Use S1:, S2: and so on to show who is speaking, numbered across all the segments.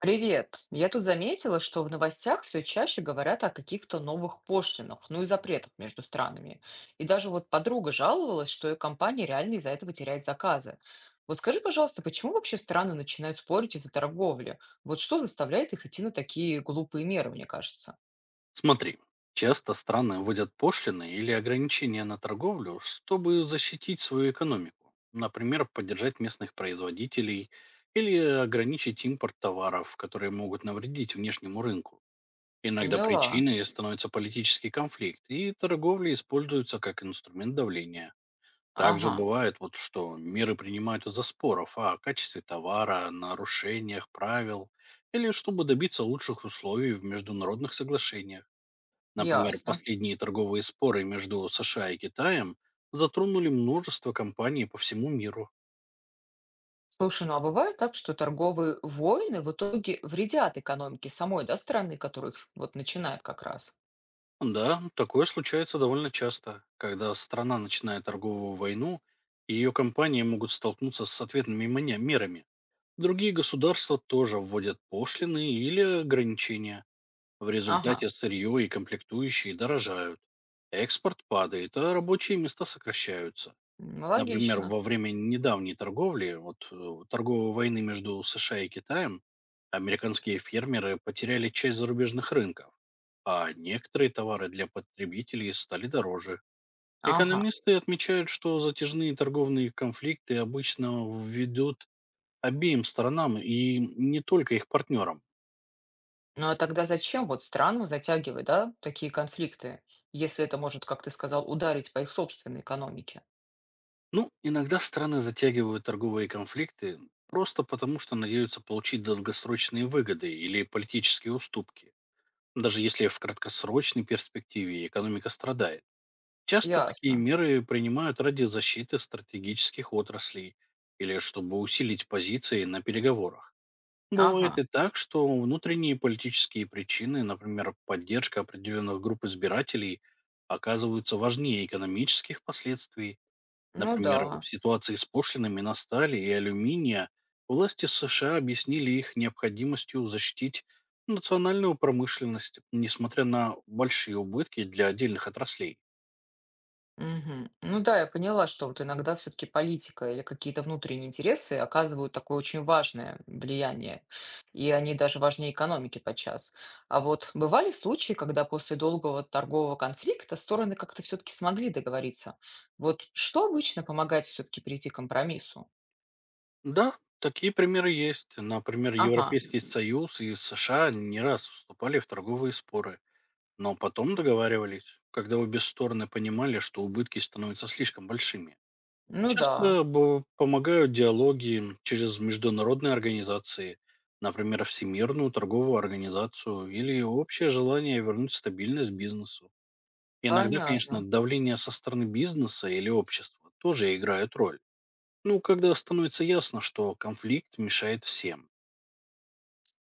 S1: Привет! Я тут заметила, что в новостях все чаще говорят о каких-то новых пошлинах, ну и запретах между странами. И даже вот подруга жаловалась, что ее компания реально из-за этого теряет заказы. Вот скажи, пожалуйста, почему вообще страны начинают спорить из-за торговли? Вот что заставляет их идти на такие глупые меры, мне кажется?
S2: Смотри, часто страны вводят пошлины или ограничения на торговлю, чтобы защитить свою экономику. Например, поддержать местных производителей или ограничить импорт товаров, которые могут навредить внешнему рынку. Иногда
S1: Поняла.
S2: причиной становится политический конфликт, и торговля используется как инструмент давления. Также
S1: Ага,
S2: бывает, вот, что меры принимают из-за споров о качестве товара, нарушениях правил или чтобы добиться лучших условий в международных соглашениях. Например,
S1: ясно.
S2: последние торговые споры между США и Китаем затронули множество компаний по всему миру.
S1: Слушай, ну а бывает так, что торговые войны в итоге вредят экономике самой, да, страны, которых вот начинают как раз?
S2: Да, такое случается довольно часто, когда страна начинает торговую войну, и ее компании могут столкнуться с ответными мерами. Другие государства тоже вводят пошлины или ограничения. В
S1: Ага,
S2: результате сырье и комплектующие дорожают. Экспорт падает, а рабочие места сокращаются.
S1: м,
S2: Например,
S1: логично.
S2: во время недавней торговли, торговой войны между США и Китаем, американские фермеры потеряли часть зарубежных рынков, а некоторые товары для потребителей стали дороже.
S1: Ага.
S2: Экономисты отмечают, что затяжные торговые конфликты обычно ведут обеим сторонам и не только их партнерам.
S1: Ну а тогда зачем вот страну затягивать, да, такие конфликты, если это может, как ты сказал, ударить по их собственной экономике?
S2: Ну, иногда страны затягивают торговые конфликты просто потому, что надеются получить долгосрочные выгоды или политические уступки. Даже если в краткосрочной перспективе экономика страдает, часто такие
S1: Ясно.
S2: меры принимают ради защиты стратегических отраслей или чтобы усилить позиции на переговорах. Бывает
S1: Ага.
S2: и так, что внутренние политические причины, например, поддержка определенных групп избирателей, оказываются важнее экономических последствий.
S1: Ну
S2: Например, в
S1: да.
S2: ситуации с пошлинами на стали и алюминия власти США объяснили их необходимостью защитить национальную промышленность, несмотря на большие убытки для отдельных отраслей.
S1: Мгм. Ну да, я поняла, что вот иногда все-таки политика или какие-то внутренние интересы оказывают такое очень важное влияние, и они даже важнее экономики подчас. А вот бывали случаи, когда после долгого торгового конфликта стороны как-то все-таки смогли договориться. Вот что обычно помогает все-таки прийти к компромиссу?
S2: Да, такие примеры есть. Например,
S1: Ага.
S2: Европейский Союз и США не раз вступали в торговые споры, но потом договаривались, когда обе стороны понимали, что убытки становятся слишком большими.
S1: Ну да,
S2: Помогают диалоги через международные организации, например, Всемирную торговую организацию или общее желание вернуть стабильность бизнесу. Иногда, конечно,
S1: понятно.
S2: давление со стороны бизнеса или общества тоже играет роль. Ну, когда становится ясно, что конфликт мешает всем.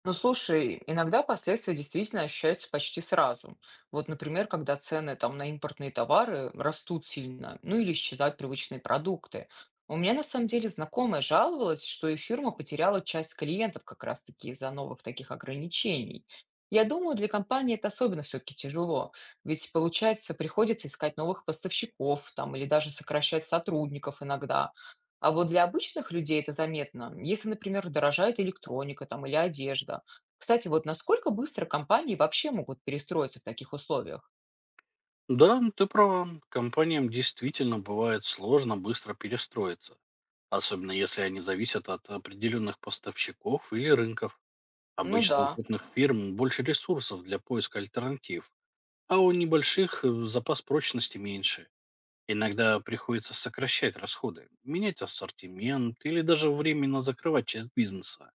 S1: Ну слушай, иногда последствия действительно ощущаются почти сразу. Вот, например, когда цены там на импортные товары растут сильно, ну или исчезают привычные продукты. У меня на самом деле знакомая жаловалась, что ее фирма потеряла часть клиентов как раз-таки из-за новых таких ограничений. Я думаю, для компании это особенно все-таки тяжело, ведь, получается, приходится искать новых поставщиков там или даже сокращать сотрудников иногда. А вот для обычных людей это заметно, если, например, дорожает электроника там, или одежда. Кстати, вот насколько быстро компании вообще могут перестроиться в таких условиях?
S2: Да, ты права, компаниям действительно бывает сложно быстро перестроиться, особенно если они зависят от определенных поставщиков или рынков.
S1: Ну
S2: Обычно
S1: да,
S2: у крупных фирм больше ресурсов для поиска альтернатив, а у небольших запас прочности меньше. Иногда приходится сокращать расходы, менять ассортимент или даже временно закрывать часть бизнеса.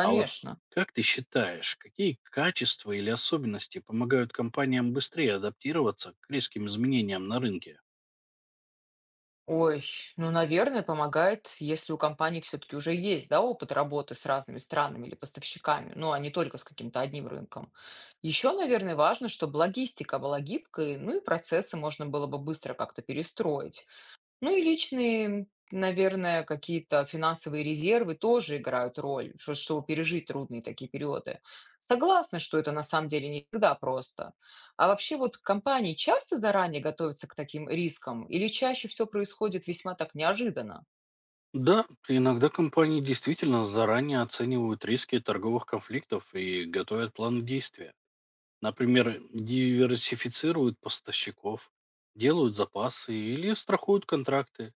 S2: А вот как ты считаешь, какие качества или особенности помогают компаниям быстрее адаптироваться к резким изменениям на рынке?
S1: Ой, ну, наверное, помогает, если у компании все-таки уже есть, да, опыт работы с разными странами или поставщиками, ну, а не только с каким-то одним рынком. Еще, наверное, важно, чтобы логистика была гибкой, ну и процессы можно было бы быстро как-то перестроить. Ну и личные, наверное, какие-то финансовые резервы тоже играют роль, чтобы пережить трудные такие периоды. Согласна, что это на самом деле не всегда просто. А вообще вот компании часто заранее готовятся к таким рискам или чаще все происходит весьма так неожиданно?
S2: Да, иногда компании действительно заранее оценивают риски торговых конфликтов и готовят план действия. Например, диверсифицируют поставщиков, делают запасы или страхуют контракты.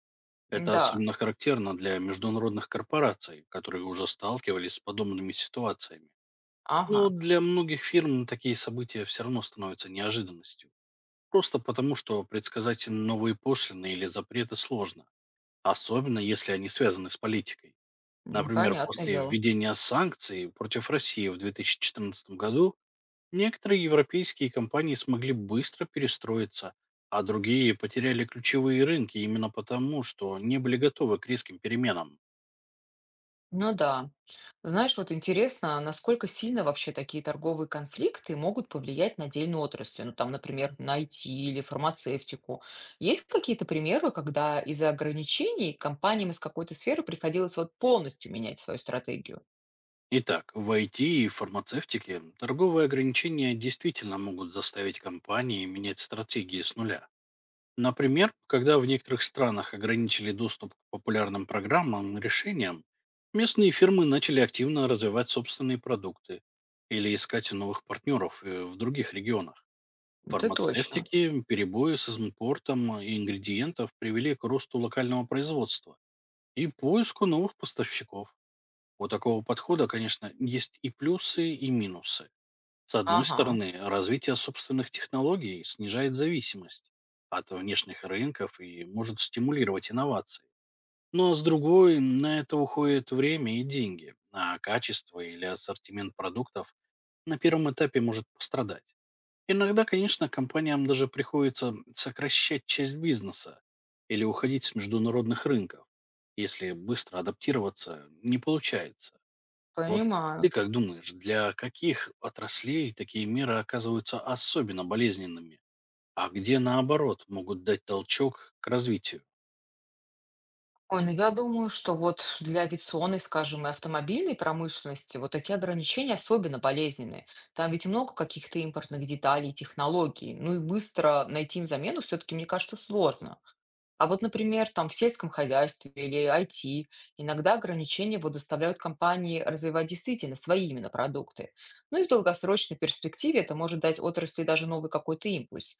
S2: Это
S1: Да,
S2: особенно характерно для международных корпораций, которые уже сталкивались с подобными ситуациями.
S1: ага,
S2: Но для многих фирм такие события все равно становятся неожиданностью. Просто потому, что предсказать им новые пошлины или запреты сложно, особенно если они связаны с политикой.
S1: м,
S2: Например,
S1: понятное
S2: после
S1: дело.
S2: введения санкций против России в 2014 году некоторые европейские компании смогли быстро перестроиться, а другие потеряли ключевые рынки именно потому, что не были готовы к резким переменам.
S1: Ну да. Знаешь, вот интересно, насколько сильно вообще такие торговые конфликты могут повлиять на отдельную отрасль, ну там, например, на IT или фармацевтику. Есть какие-то примеры, когда из-за ограничений компаниям из какой-то сферы приходилось вот полностью менять свою стратегию?
S2: Итак, в IT и фармацевтике торговые ограничения действительно могут заставить компании менять стратегии с нуля. Например, когда в некоторых странах ограничили доступ к популярным программам и решениям, местные фирмы начали активно развивать собственные продукты или искать новых партнеров в других регионах.
S1: Это точно.
S2: Фармацевтики, перебои с импортом ингредиентов привели к росту локального производства и поиску новых поставщиков. У такого подхода, конечно, есть и плюсы, и минусы. С одной
S1: Ага,
S2: стороны, развитие собственных технологий снижает зависимость от внешних рынков и может стимулировать инновации. Но с другой, на это уходит время и деньги, а качество или ассортимент продуктов на первом этапе может пострадать. Иногда, конечно, компаниям даже приходится сокращать часть бизнеса или уходить с международных рынков, если быстро адаптироваться не получается. Вот ты
S1: понимаю.
S2: как думаешь, для каких отраслей такие меры оказываются особенно болезненными, а где наоборот могут дать толчок к развитию?
S1: Ой, ну я думаю, что вот для авиационной, скажем, и автомобильной промышленности вот такие ограничения особенно болезненные. Там ведь много каких-то импортных деталей, технологий. Ну и быстро найти им замену все-таки, мне кажется, сложно. А вот, например, там в сельском хозяйстве или IT иногда ограничения вот заставляют компании развивать действительно свои именно продукты. Ну и в долгосрочной перспективе это может дать отрасли даже новый какой-то импульс.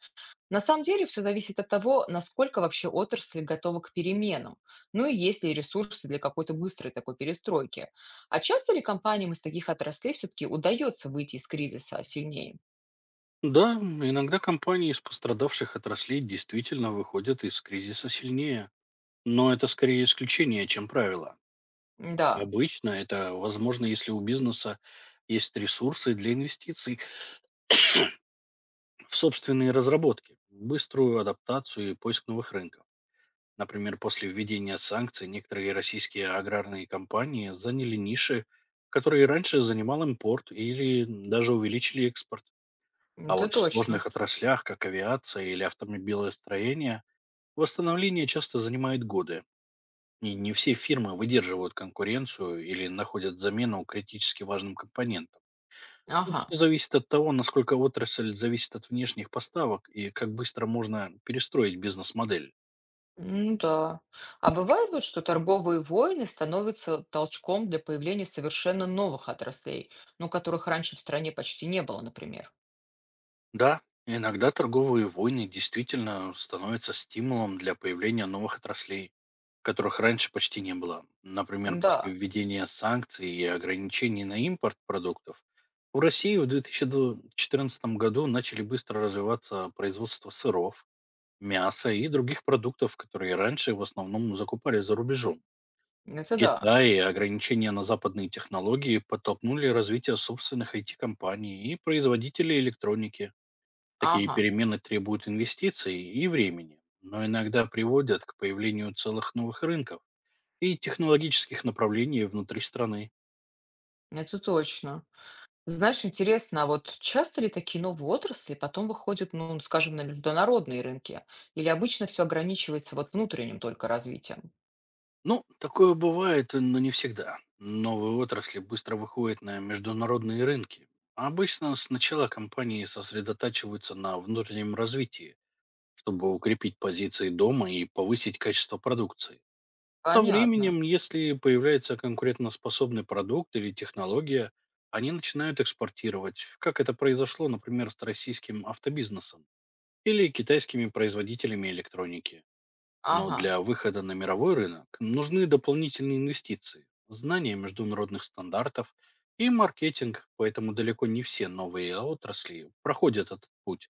S1: На самом деле все зависит от того, насколько вообще отрасль готова к переменам, ну и есть ли ресурсы для какой-то быстрой такой перестройки. А часто ли компаниям из таких отраслей все-таки удается выйти из кризиса сильнее?
S2: Да, иногда компании из пострадавших отраслей действительно выходят из кризиса сильнее, но это скорее исключение, чем правило.
S1: Да,
S2: Обычно это возможно, если у бизнеса есть ресурсы для инвестиций в собственные разработки, быструю адаптацию и поиск новых рынков. Например, после введения санкций некоторые российские аграрные компании заняли ниши, которые раньше занимал импорт или даже увеличили экспорт. А
S1: это
S2: вот в
S1: точно.
S2: сложных отраслях, как авиация или автомобилестроение, восстановление часто занимает годы. И не все фирмы выдерживают конкуренцию или находят замену критически важным компонентам. Тут
S1: Ага.
S2: всё зависит от того, насколько отрасль зависит от внешних поставок и как быстро можно перестроить бизнес-модель.
S1: Ну да. А бывает вот, что торговые войны становятся толчком для появления совершенно новых отраслей, ну, которых раньше в стране почти не было, например.
S2: Да, иногда торговые войны действительно становятся стимулом для появления новых отраслей, которых раньше почти не было. Например,
S1: Да,
S2: после введения санкций и ограничений на импорт продуктов, в России в 2014 году начали быстро развиваться производство сыров, мяса и других продуктов, которые раньше в основном закупали за рубежом.
S1: это да.
S2: Китай и ограничения на западные технологии подтолкнули развитие собственных IT-компаний и производителей электроники. Такие
S1: Ага,
S2: перемены требуют инвестиций и времени, но иногда приводят к появлению целых новых рынков и технологических направлений внутри страны.
S1: это точно. Знаешь, интересно, а вот часто ли такие новые отрасли потом выходят, ну, скажем, на международные рынки? Или обычно все ограничивается вот внутренним только развитием?
S2: Ну, такое бывает, но не всегда. Новые отрасли быстро выходят на международные рынки. Обычно сначала компании сосредотачиваются на внутреннем развитии, чтобы укрепить позиции дома и повысить качество продукции. Со
S1: Понятно.
S2: временем, если появляется конкурентоспособный продукт или технология, они начинают экспортировать, как это произошло, например, с российским автобизнесом или китайскими производителями электроники. Но
S1: Ага.
S2: для выхода на мировой рынок нужны дополнительные инвестиции, знания международных стандартов и маркетинг, поэтому далеко не все новые отрасли проходят этот путь.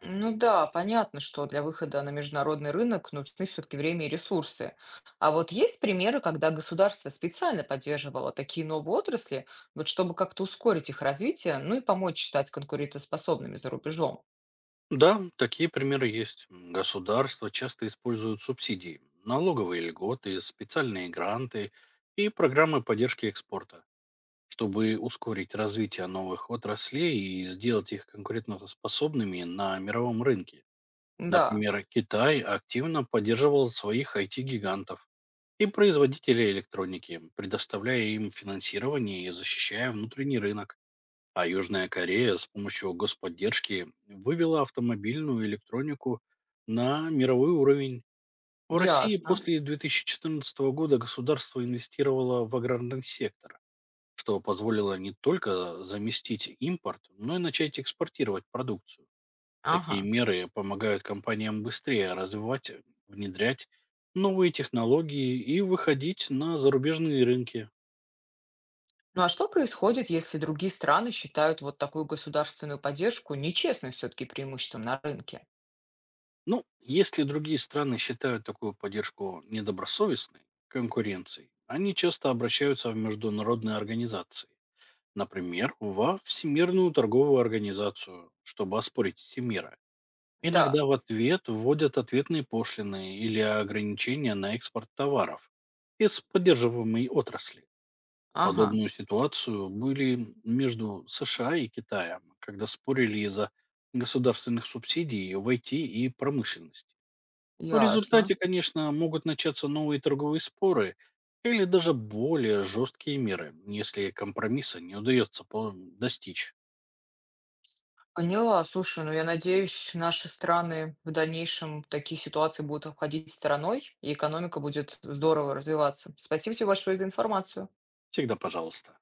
S1: Ну да, понятно, что для выхода на международный рынок нужны все-таки время и ресурсы. А вот есть примеры, когда государство специально поддерживало такие новые отрасли, вот чтобы как-то ускорить их развитие, ну и помочь стать конкурентоспособными за рубежом?
S2: Да, такие примеры есть. Государства часто используют субсидии, налоговые льготы, специальные гранты и программы поддержки экспорта, чтобы ускорить развитие новых отраслей и сделать их конкурентоспособными на мировом рынке.
S1: Да,
S2: Например, Китай активно поддерживал своих IT-гигантов и производителей электроники, предоставляя им финансирование и защищая внутренний рынок. А Южная Корея с помощью господдержки вывела автомобильную электронику на мировой уровень. В России
S1: ясно.
S2: после 2014 года государство инвестировало в аграрный сектор, что позволило не только заместить импорт, но и начать экспортировать продукцию. Такие
S1: Ага.
S2: меры помогают компаниям быстрее развивать, внедрять новые технологии и выходить на зарубежные рынки.
S1: Ну а что происходит, если другие страны считают вот такую государственную поддержку нечестным все-таки преимуществом на рынке?
S2: Ну, если другие страны считают такую поддержку недобросовестной конкуренцией, они часто обращаются в международные организации. Например, во Всемирную торговую организацию, чтобы оспорить эти меры. Иногда
S1: Да,
S2: в ответ вводят ответные пошлины или ограничения на экспорт товаров из поддерживаемой отрасли.
S1: ага,
S2: Подобную ситуацию были между США и Китаем, когда спорили из-за государственных субсидий в IT и промышленности. В
S1: ясно.
S2: результате, конечно, могут начаться новые торговые споры или даже более жесткие меры, если компромисса не удается достичь.
S1: Поняла. Слушай, ну я надеюсь, наши страны в дальнейшем такие ситуации будут обходить стороной, и экономика будет здорово развиваться. Спасибо тебе большое за информацию.
S2: Всегда пожалуйста.